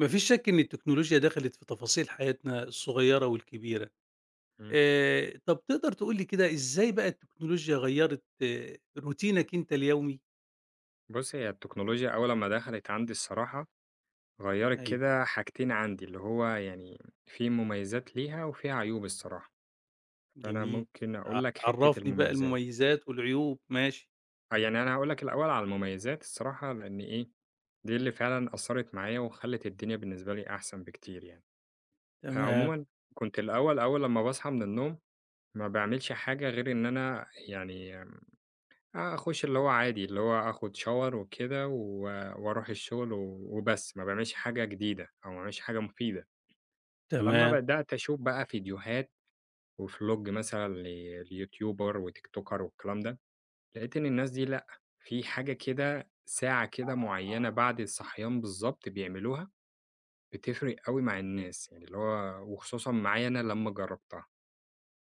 ما فيش شك إن التكنولوجيا دخلت في تفاصيل حياتنا الصغيرة والكبيرة. إمم. طب تقدر تقول لي كده إزاي بقى التكنولوجيا غيّرت روتينك أنت اليومي؟ بُصّي، هي التكنولوجيا أول أمّا دخلت عندي الصراحة، غيّرت أيوه، كده حاجتين عندي، اللي هو يعني في مميزات ليها وفي عيوب الصراحة، فأنا جميل. ممكن أقول لك حتّة عرّفني بقى المميزات. المميزات والعيوب، ماشي، يعني أنا هاقول لك الأول على المميزات الصراحة، لإن إيه، دي اللي فعلًا أثّرت معايا وخلّت الدنيا بالنسبة لي أحسن بكتير يعني. تمام، عمومًا كنت أول لمّا باصحى من النوم، ما باعملش حاجة غير إن أنا يعني أخُش اللي هو عادي، اللي هو آخُد shower وكده و وأروح الشغل و وبس، ما باعملش حاجة جديدة أو ما باعملش حاجة مفيدة. فلمّا تمام. بدأت أشوف بقى فيديوهات وفلوج مثلًا ليوتيوبر وتيكتوكر والكلام ده، لقيت إن الناس دي لأ، في حاجة كده ساعة كده معيّنة بعد الصحيان بالضبط بيعملوها، بتفرق أوي مع الناس، يعني اللي هو وخصوصًا معايا أنا لمّا جرّبتها.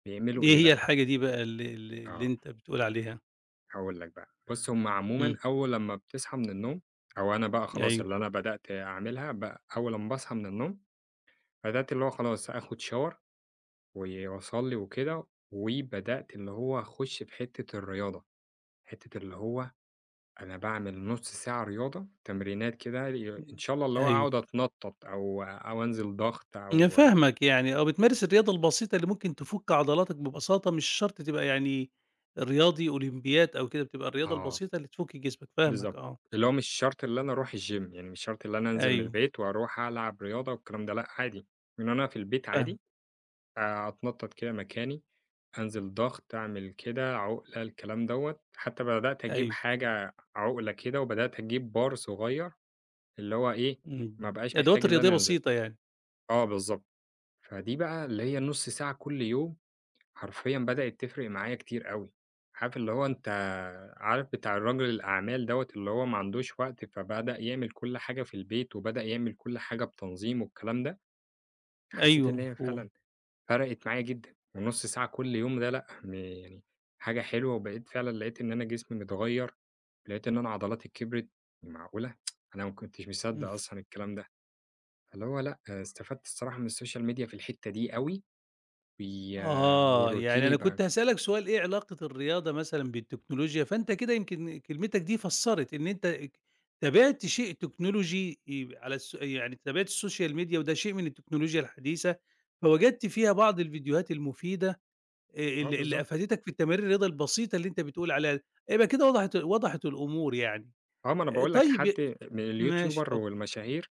بيعملوا إيه إيه هي بقى؟ الحاجة دي بقى اللي آه. أنت بتقول عليها؟ هاقول لك بقى، بُص هم عمومًا إمم، أول لمّا بتصحى من النوم أو أنا بقى خلاص أيوه، اللي أنا بدأت أعملها بقى أول لمّا باصحى من النوم، بدأت اللي هو خلاص آخد shower واصلّي وكده، وبدأت اللي هو أخش في حتة الرياضة، حتة اللي هو أنا باعمل نُص ساعة رياضة، تمرينات كده إن إمم، شاء الله اللي هو أيوه. أقعد أتنطط أو أنزل ضغط أنا أو فاهمك يعني، آه، بتمارس الرياضة البسيطة اللي ممكن تفُك عضلاتك ببساطة، مش شرط تبقى يعني رياضي أولمبيات أو كده، بتبقى الرياضة آه، البسيطة اللي تفُك جسمك، فاهمك بالضبط، آه، اللي هو مش شرط اللي أنا أروح الgym يعني مش شرط اللي أنا أنزل من أيوه، البيت وأروح ألعب رياضة والكلام ده لأ، عادي، إن أنا في البيت عادي، فاهمك، أتنطط كده مكاني، أنزل ضغط، أعمل كده، عُقلة، الكلام دوّة. حتى بدأت أجيب أيوه، حاجة عُقلة كده، وبدأت أجيب بار صغير، اللي هو إيه، ما إمم، بقاش أدوات محتاج اللي رياضية أنا أنزله. بسيطة يعني، آه بالضبط. فدي بقى اللي هي النُص ساعة كل يوم، حرفيًا بدأت تفرق معايا كتير أوي. عارف اللي هو أنت عارف بتاع الراجل الأعمال دوّة، اللي هو ما عندوش وقت، فبدأ يعمل كل حاجة في البيت، وبدأ يعمل كل حاجة بتنظيم والكلام ده، حسيت أيوه، إن هي مفهوم، فعلًا فرقت معايا جدًا، النُص ساعة كل يوم ده لأ، يعني حاجة حلوة، وبقيت فعلًا لقيت إن أنا جسمي متغيّر، لقيت إن أنا عضلاتي كبرت، معقولة! أنا ما كنتش مصدّق إمم. أصلًا الكلام ده، فاللي هو لأ، استفدت الصراحة من السوشيال ميديا في الحتّة دي أوي، وي آه، يعني وروتيني أنا بقى كنت هاسألك سؤال إيه علاقة الرياضة مثلًا بالتكنولوجيا، فأنت كده يمكن كلمتك دي فسّرت إن أنت ك تابعت شيء تكنولوجي على يعني تابعت السوشيال ميديا وده شيء من التكنولوجيا الحديثة، فوجدت فيها بعض الفيديوهات المفيدة آه اللي بالضبط، أفادتك في التمارين الرياضة البسيطة اللي أنت بتقول عليها، يبقى كده وضحت الأمور يعني. آه ما أنا باقول لك طيب حد من ماشي اليوتيوبر اتفضل، والمشاهير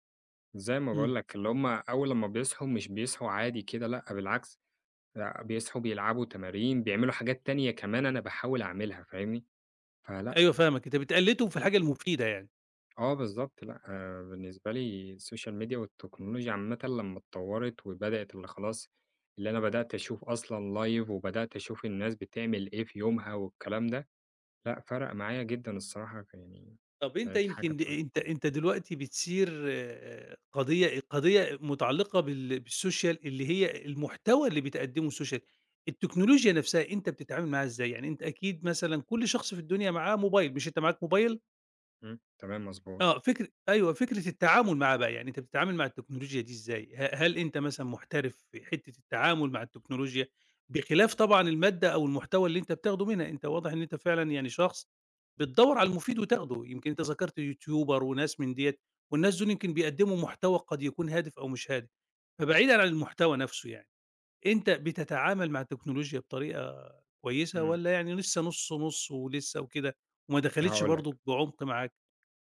زي ما إمم، باقول لك اللي هُم أول لمّا بيصحوا مش بيصحوا عادي كده لأ، بالعكس لأ، بيصحوا بيلعبوا تمارين، بيعملوا حاجات تانية كمان أنا باحاول أعملها، فاهمني؟ فلأ، أيوه فاهمك، أنت بتقلِّدهم في الحاجة المفيدة يعني. آه بالضبط، لأ، بالنسبة لي السوشيال ميديا والتكنولوجيا عامةً لمّا اتطوّرت وبدأت اللي خلاص اللي أنا بدأت أشوف أصلًا لايف وبدأت أشوف الناس بتعمل إيه في يومها والكلام ده، لأ فرق معايا جدًا الصراحة يعني طب أنت كانت حاجة يمكن أنت دلوقتي بتثير آه، قضية متعلقة بالسوشيال اللي هي المحتوى اللي بتقدمه السوشيال، التكنولوجيا نفسها أنت بتتعامل معاها إزاي؟ يعني أنت أكيد مثلًا كل شخص في الدنيا معاه موبايل، مش أنت معاك موبايل؟ إمم، تمام مضبوط، آه، فكر أيوه، فكرة التعامل معاه بقى، يعني أنت بتتعامل مع التكنولوجيا دي إزاي؟ هل أنت مثلًا محترف في حتة التعامل مع التكنولوجيا، بخلاف طبعًا المادة أو المحتوى اللي أنت بتاخده منها، أنت واضح إن أنت فعلًا يعني شخص بتدوّر على المفيد وتاخده، يمكن أنت ذكرت يوتيوبر وناس من ديّة، والناس دول يمكن بيقدموا محتوى قد يكون هادف أو مش هادف، فبعيدًا عن المحتوى نفسه يعني، أنت بتتعامل مع التكنولوجيا بطريقة كويسة إمم، والّا يعني لسه نُص ولسه وكده وما دخلتش هاقول لك، برضه بعمق معاك؟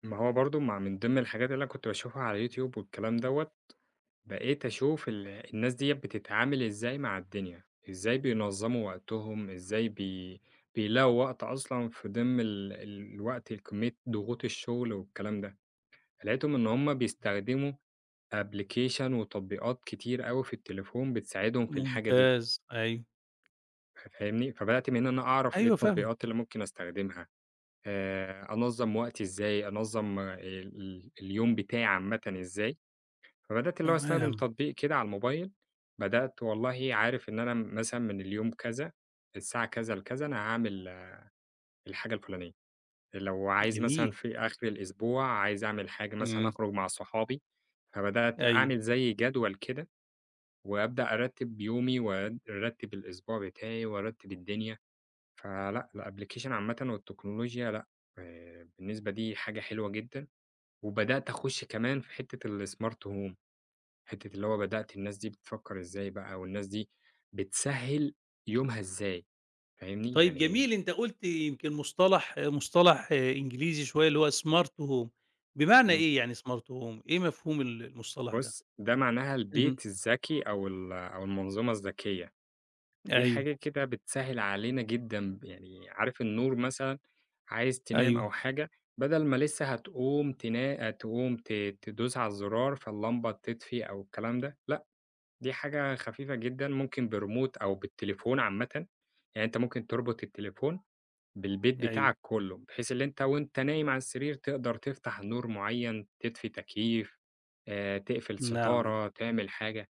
ما هو برضه ما من ضمن الحاجات اللي أنا كنت باشوفها على اليوتيوب والكلام دوّة بقيت أشوف الناس ديّة بتتعامل إزاي مع الدنيا، إزاي بينظّموا وقتهم، إزاي بيلاقوا وقت أصلًا في ضِمن الوقت كمية ضغوط الشغل والكلام ده، لقيتهم إن هُم بيستخدموا application وتطبيقات كتير أوي في التليفون بتساعدهم في الحاجة دي، ممتاز، أيوه، فاهمني؟ فبدأت من هنا أنا أعرف إيه أيوه فاهمك، التطبيقات اللي ممكن أستخدمها، أنظّم وقتي إزاي، أنظّم، ال اليوم بتاعي عامةً إزاي. فبدأت اللي هو أستخدم تمام، تطبيق كده على الموبايل، بدأت والله عارف إن أنا مثلًا من اليوم كذا، الساعة كذا لكذا أنا هاعمل الحاجة الفلانية، لو عايز مثلًا جميل، في آخر الأسبوع عايز أعمل حاجة مثلًا إمم، أخرج مع صحابي، فبدأت أيوه، أعمل زي جدول كده، وأبدأ أرتّب يومي وأرتّب الأسبوع بتاعي وأرتّب الدنيا، فلأ الأبلكيشن عامةً والتكنولوجيا لأ، بالنسبة دي حاجة حلوة جدًا، وبدأت أخش كمان في حتة الsmart home. حتّة اللي هو بدأت الناس دي بتفكّر إزاي بقى والناس دي بتسهّل يومها إزاي، فاهمني؟ طيب يعني جميل أنت قُلت يمكن مصطلح إنجليزي شوية اللي هو smart home بمعنى إمم. إيه يعني smart home إيه مفهوم المصطلح ده؟ بُص، ده معناها اهم، البيت الذكي أو ال أو المنظومة الذكية، دي أيوه، حاجة كده بتسهّل علينا جدًا، يعني عارف النور مثلًا عايز تنام أيوه، أو حاجة، بدل ما لسه هتقوم تنا تقوم ت تدوس على الزرار فاللمبة تطفي أو الكلام ده، لأ، دي حاجة خفيفة جدًا ممكن بريموت أو بالتليفون عامةً، يعني أنت ممكن تربط التليفون بالبيت أيوه، بتاعك كله، بحيث اللي أنت وأنت نايم على السرير تقدر تفتح نور معين، تطفي تكييف، تقفل نعم، نعم. ستارة، تعمل حاجة،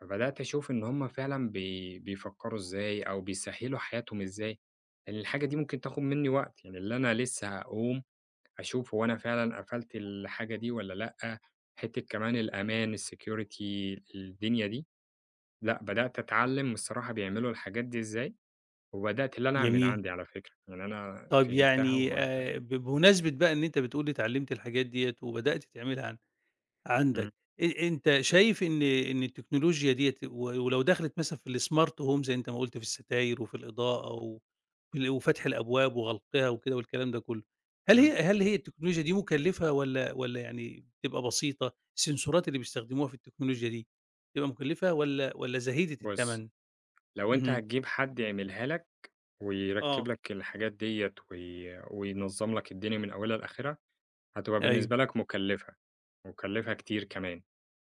فبدأت أشوف إن هُم فعلًا بيفكّروا إزاي أو بيسهّلوا حياتهم إزاي، لإن الحاجة دي ممكن تاخد منّي وقت، يعني اللي أنا لسه هاقوم أشوف هو أنا فعلًا قفلت الحاجة دي والّا لأ، حتّة كمان الأمان الsecurity الدنيا دي، لأ بدأت أتعلّم الصراحة بيعملوا الحاجات دي إزاي. وبدأت اللي أنا أعمل جميل، عندي على فكرة، يعني أنا طب فهمتها يعني وبدأت. بمناسبة بقى إن أنت بتقول اتعلمت الحاجات ديّة وبدأت تعملها إمم، عندك أنت شايف إن التكنولوجيا ديّة و ولو دخلت مثلًا في الsmart home زي أنت ما قُلت في الستاير وفي الإضاءة و وفتح الأبواب وغلقها وكده والكلام ده كلّه، هل هي إمم. هل هي التكنولوجيا دي مكلفة والّا يعني بتبقى بسيطة؟ السنسورات اللي بيستخدموها في التكنولوجيا دي بتبقى مكلفة والّا زهيدة بُص، التمن؟ لو أنت اهم، هتجيب حد يعملها لك ويركّب آه. لك الحاجات ديّة وينظّم لك الدنيا من أولها لآخرها، هتبقى أيوه، بالنسبة لك مُكلّفة، مُكلّفة كتير كمان،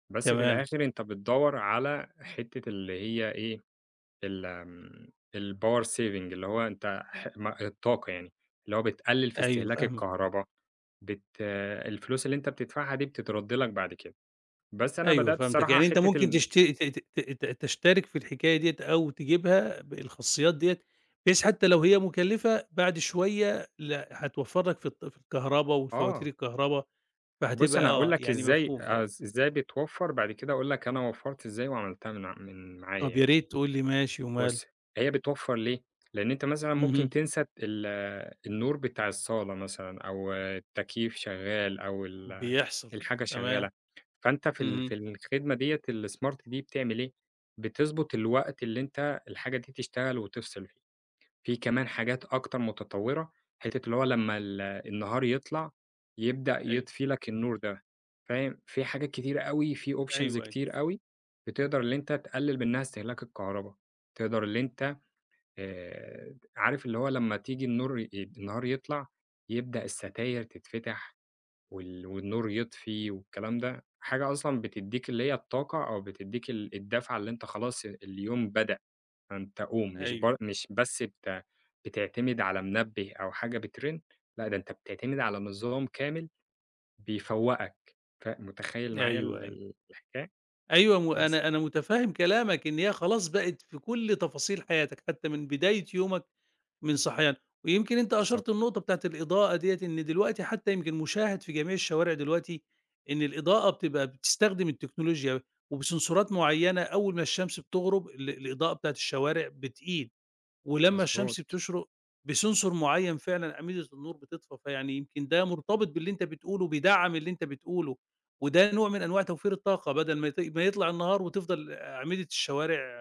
بس في تمام، الآخر أنت بتدوّر على حتّة اللي هي إيه، ال آمم، الpower saving اللي هو أنت ح م الطاقة يعني، اللي هو بتقلّل في أيوه استهلاك فاهمك. الكهربا، بت الفلوس اللي أنت بتدفعها دي بتترَد لك بعد كده. بس أنا أيوه بدأت فهمتك، الصراحة يعني أنت حتّة ممكن تشت ت ت ت ت تشترك في الحكاية ديّة أو تجيبها بالخاصيات ديّة، بحيث حتى لو هي مكلفة بعد شوية لأ هتوفّر لك في في الكهربا والفواتير آه، الكهربا، بُص فهتبقى أنا هاقول آه، لك يعني إزاي مفهوم طبعًا. إزاي بتوفّر، بعد كده أقول لك أنا وفّرت إزاي وعملتها من معايا طب يا يعني، ريت تقول لي ماشي وماله، بُص هي بتوفّر ليه؟ لإن أنت مثلًا ممكن اهم، تنسى النور بتاع الصالة مثلًا أو التكييف شغّال أو بيحصل الحاجة تمام، شغّالة، فأنت في اهم، الخدمة ديّة الsmart دي بتعمل إيه، بتضبط الوقت اللي أنت الحاجة دي تشتغل وتفصل فيه. في كمان حاجات أكتر متطوّرة، حتّة اللي هو لمّا النهار يطلع يبدأ أيوه، يطفي لك النور ده، فاهم؟ في حاجات كتيرة أوي، في options أيوه، أيوه، كتير أوي بتقدر اللي أنت تقلّل منها استهلاك الكهربا، تقدر اللي أنت، عارف اللي هو لمّا تيجي النور النهار يطلع يبدأ الستاير تتفتح والنور يطفي والكلام ده، حاجة أصلًا بتدّيك اللي هي الطاقة أو بتدّيك الدفعة اللي أنت خلاص اليوم بدأ. فأنت قوم، مش أيوه، بر مش بس بت بتعتمد على منبه أو حاجة بترن، لأ ده أنت بتعتمد على نظام كامل بيفوّقك، متخيّل أيوه، معايا ال أيوه، ال الحكاية؟ أيوه بس، أنا متفهم كلامك إن هي خلاص بقت في كل تفاصيل حياتك، حتى من بداية يومك من صحيان. ويمكن أنت بالضبط، أشرت النقطة بتاعة الإضاءة ديّة، إن دلوقتي حتى يمكن مشاهد في جميع الشوارع دلوقتي إن الإضاءة بتبقى بتستخدم التكنولوجيا وبسنسورات معيّنة أول ما الشمس بتغرب الإضاءة بتاعة الشوارع بتقيل، ولمّا الشمس مضبوط، بتشرق بسنسور معيّن فعلًا أعمدة النور بتطفى، فيعني يمكن ده مرتبط باللي أنت بتقوله، بيدعّم اللي أنت بتقوله، وده نوع من أنواع توفير الطاقة بدل ما يطلع النهار وتفضل أعمدة الشوارع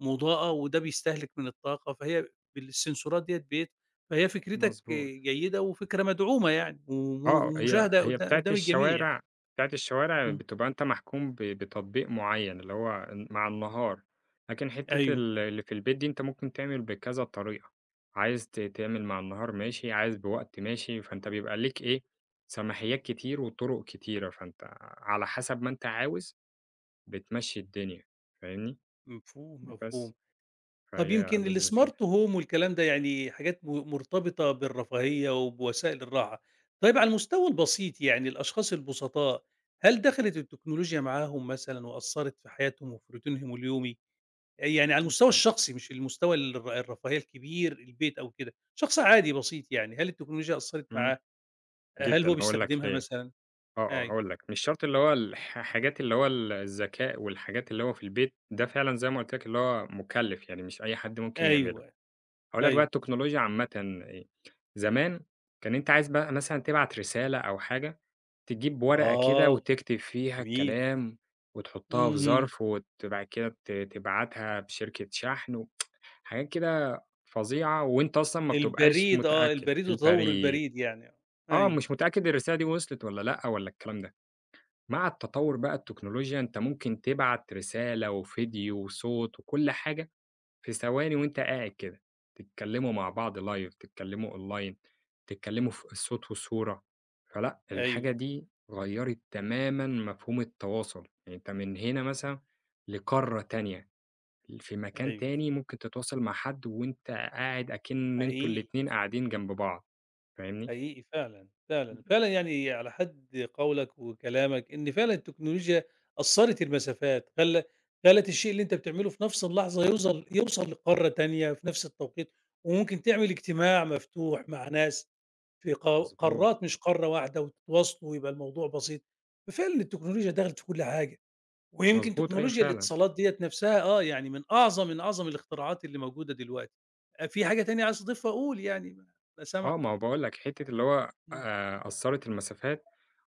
مضاءة وده بيستهلك من الطاقة، فهي بالسنسورات ديّة فهي فكرتك مضبوط. جيدة وفكرة مدعومة يعني آه، هي ومشاهدة هي بتاعة قدّام الجميع يعني. الشوارع بتاعة الشوارع إمم، بتبقى أنت محكوم بتطبيق معيّن، اللي هو مع النهار، لكن حتّة أيوه، اللي في البيت دي أنت ممكن تعمل بكذا طريقة، عايز تعمل مع النهار ماشي، عايز بوقت ماشي، فأنت بيبقى ليك إيه، سماحيات كتير وطرق كتيرة، فأنت على حسب ما أنت عاوز بتمشّي الدنيا، فاهمني؟ مفهوم، بس، مفهوم. طَب فهي يمكن لذيذة كده الsmart home والكلام ده يعني حاجات مرتبطة بالرفاهية وبوسائل الراحة. طيب على المستوى البسيط يعني الأشخاص البسطاء، هل دخلت التكنولوجيا معاهم مثلًا وأثّرت في حياتهم وفي روتينهم اليومي؟ يعني على المستوى جدًا، الشخصي مش المستوى الرفاهية الكبير، البيت أو كده، شخص عادي بسيط يعني، هل التكنولوجيا أثّرت إمم، معاه؟ هل جدًا هو هاقول لك بيستخدمها ليه. مثلًا؟ آه، آه، أيوه، هاقول لك، مش شرط اللي هو حاجات اللي هو الذكاء والحاجات اللي هو في البيت، ده فعلًا زي ما قُلت لك اللي هو مُكلّف، يعني مش أي حد ممكن يعمله. أيوه، هاقول لك بقى أيوه، التكنولوجيا عامةً، زمان كان أنت عايز بقى مثلًا تبعت رسالة أو حاجة، تجيب ورقة كده آه، وتكتب فيها جميل، الكلام وتحطها في إمم، إمم، ظرف وت بعد كده ت تبعتها بشركة شحن و حاجات كده فظيعة وأنت أصلًا ما بتبقاش البريد آه، متأكد، البريد وتطوّر البريد، البريد يعني، أيوه، مش متأكد الرسالة دي وصلت والّا لأ والّا الكلام ده. مع التطور بقى التكنولوجيا أنت ممكن تبعت رسالة وفيديو وصوت وكل حاجة في ثواني وأنت قاعد كده، تتكلموا مع بعض لايف، تتكلموا أونلاين، تتكلموا في الصوت والصورة، فلأ أيوه، الحاجة دي غيّرت تمامًا مفهوم التواصل، يعني أنت من هنا مثلًا لقارة تانية، في مكان أيوه، تاني ممكن تتواصل مع حد وأنت قاعد أكِن أنتم حقيقي. الاتنين قاعدين جنب بعض، فاهمني؟ حقيقي فعلًا، فعلًا، فعلًا يعني على حد قولك وكلامك إن فعلًا التكنولوجيا قصّرت المسافات، خلت الشيء اللي أنت بتعمله في نفس اللحظة يوصل لقارة تانية في نفس التوقيت، وممكن تعمل اجتماع مفتوح مع ناس في مضبوط، قارات مش قارة واحدة وتتواصلوا ويبقى الموضوع بسيط، ففعلًا التكنولوجيا دخلت في كل حاجة، ويمكن مضبوط أيوه تكنولوجيا فعلًا. الاتصالات ديّة نفسها آه، يعني من أعظم الاختراعات اللي موجودة دلوقتي. أ في حاجة تانية عايز تضيفها قُل يعني أنا سامعك. ما هو باقول لك حتّة اللي هو، إمم، قصّرت المسافات،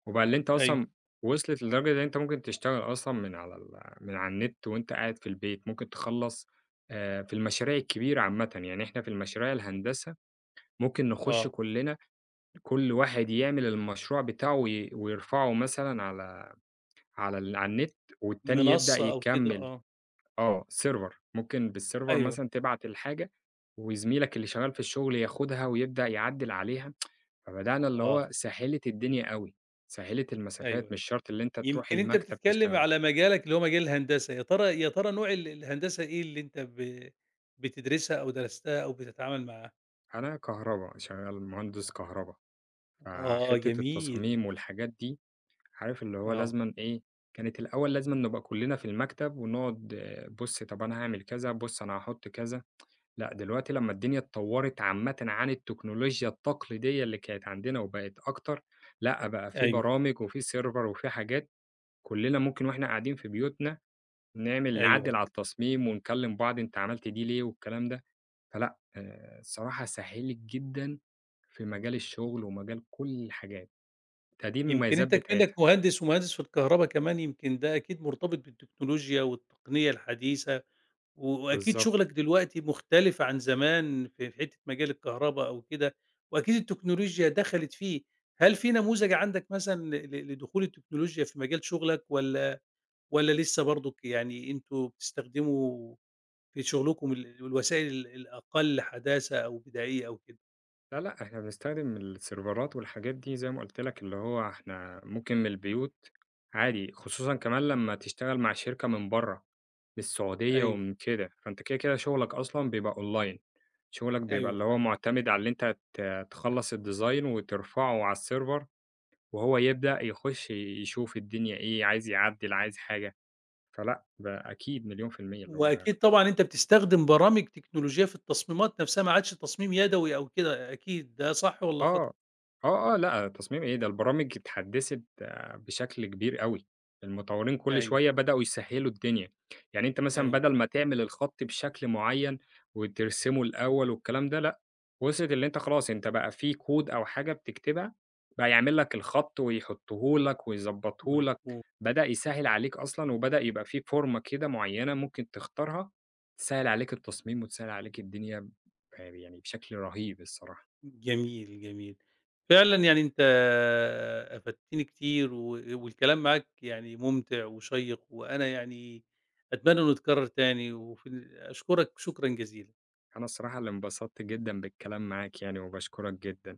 وبقى اللي أنت أيوه. أصلًا وصلت لدرجة إن أنت ممكن تشتغل أصلًا من على من على النت وأنت قاعد في البيت، ممكن تخلّص، في المشاريع الكبيرة عامةً، يعني إحنا في المشاريع الهندسة ممكن نخُش آه، كلّنا كل واحد يعمل المشروع بتاعه ويرفعه مثلًا على على ال على النت، والتاني يبدأ منصّة أو كده يكمّل. آه، آه، server ممكن بالserver أيوه، مثلًا تبعت الحاجة، وزميلك اللي شغال في الشغل ياخدها ويبدأ يعدّل عليها. فبدأنا اللي آه، هو سهِّلِت الدنيا أوي، سهِّلِت المسافات، أيوه، مش شرط اللي أنت تروح يمكن أنت المكتب بتتكلّم تشتغل. على مجالك اللي هو مجال الهندسة، يا ترى نوع الهندسة إيه اللي أنت بتدرسها أو درستها أو بتتعامل معاها؟ أنا كهربا، شغّال مهندس كهربا، آه، فحتّة جميل، التصاميم والحاجات دي عارف اللي هو آه، لازمًا إيه، كانت الأول لازمًا نبقى كُلّنا في المكتب ونقعد آه، بُص طَب أنا هاعمل كذا، بُص أنا هاحُط كذا، لأ دلوقتي لمّا الدنيا اتطوّرت عامةً عن التكنولوجيا التقليدية اللي كانت عندنا وبقت أكتر، لأ بقى في أيوه، برامج وفي سيرفر وفي حاجات كُلّنا ممكن وإحنا قاعدين في بيوتنا نعمل أيوه، نعدّل أيوه، على التصميم ونكلّم بعض أنت عملت دي ليه والكلام ده، فلأ، الصراحة سهِّلِت جدًا في مجال الشغل ومجال كل الحاجات، فدي يمكن المميزات أنت بتاعتها، كمنّك مهندس ومهندس في الكهربا كمان يمكن ده أكيد مرتبط بالتكنولوجيا والتقنية الحديثة و وأكيد بالضبط. شغلك دلوقتي مختلف عن زمان في حتّة مجال الكهربا أو كده، وأكيد التكنولوجيا دخلت فيه، هل في نموذج عندك مثلًا ل ل لدخول التكنولوجيا في مجال شغلك والّا لسه برضُك يعني أنتم بتستخدموا في شغلكم الوسائل الأقل حداثة أو بدائية أو كده؟ لا، لأ، إحنا بنستخدم السيرفرات والحاجات دي زي ما قُلت لك اللي هو إحنا ممكن من البيوت عادي، خصوصًا كمان لمّا تشتغل مع شركة من برّه، من السعودية أيوه، ومن كده، فأنت كده، كده شغلك أصلًا بيبقى أونلاين، شغلك بيبقى أيوه اللي هو فهمت، مُعتمد على اللي أنت تخلّص الdesign وترفعه على السيرفر وهو يبدأ يخش يشوف الدنيا إيه، عايز يعدِّل، عايز حاجة، فلأ، ده أكيد مليون في المِيّة اللي هو وأكيد طبعًا أنت بتستخدم برامج تكنولوجية في التصميمات نفسها ما عادش تصميم يدوي أو كده أكيد، ده صح والّا خطأ؟ آه، آه، آه، لأ، تصميم إيه، ده البرامج اتحدّثت، بشكل كبير أوي، المطوّرين كل أيوه، شوية بدأوا يسهّلوا الدنيا، يعني أنت أيوه، مثلًا بدل ما أيوه، تعمل الخط بشكل معيّن وترسمه الأول والكلام ده لأ، وصلت اللي أنت خلاص أنت بقى في كود أو حاجة بتكتبها، بقى يعمل لك الخط ويحطّه لك ويضبّطه لك، مفهوم. بدأ يسهّل عليك أصلًا وبدأ يبقى في فورمة كده معيّنة ممكن تختارها، تسهّل عليك التصميم وتسهّل عليك الدنيا يعني بشكل رهيب الصراحة. جميل، جميل. فعلًا يعني أنت أفدتني كتير و والكلام معاك يعني ممتع وشيّق، وأنا يعني أتمنى إنه يتكرر تاني، وفي أشكرك شكرًا جزيلًا. أنا الصراحة اللي انبسطت جدًا بالكلام معاك يعني، وباشكرك جدًا.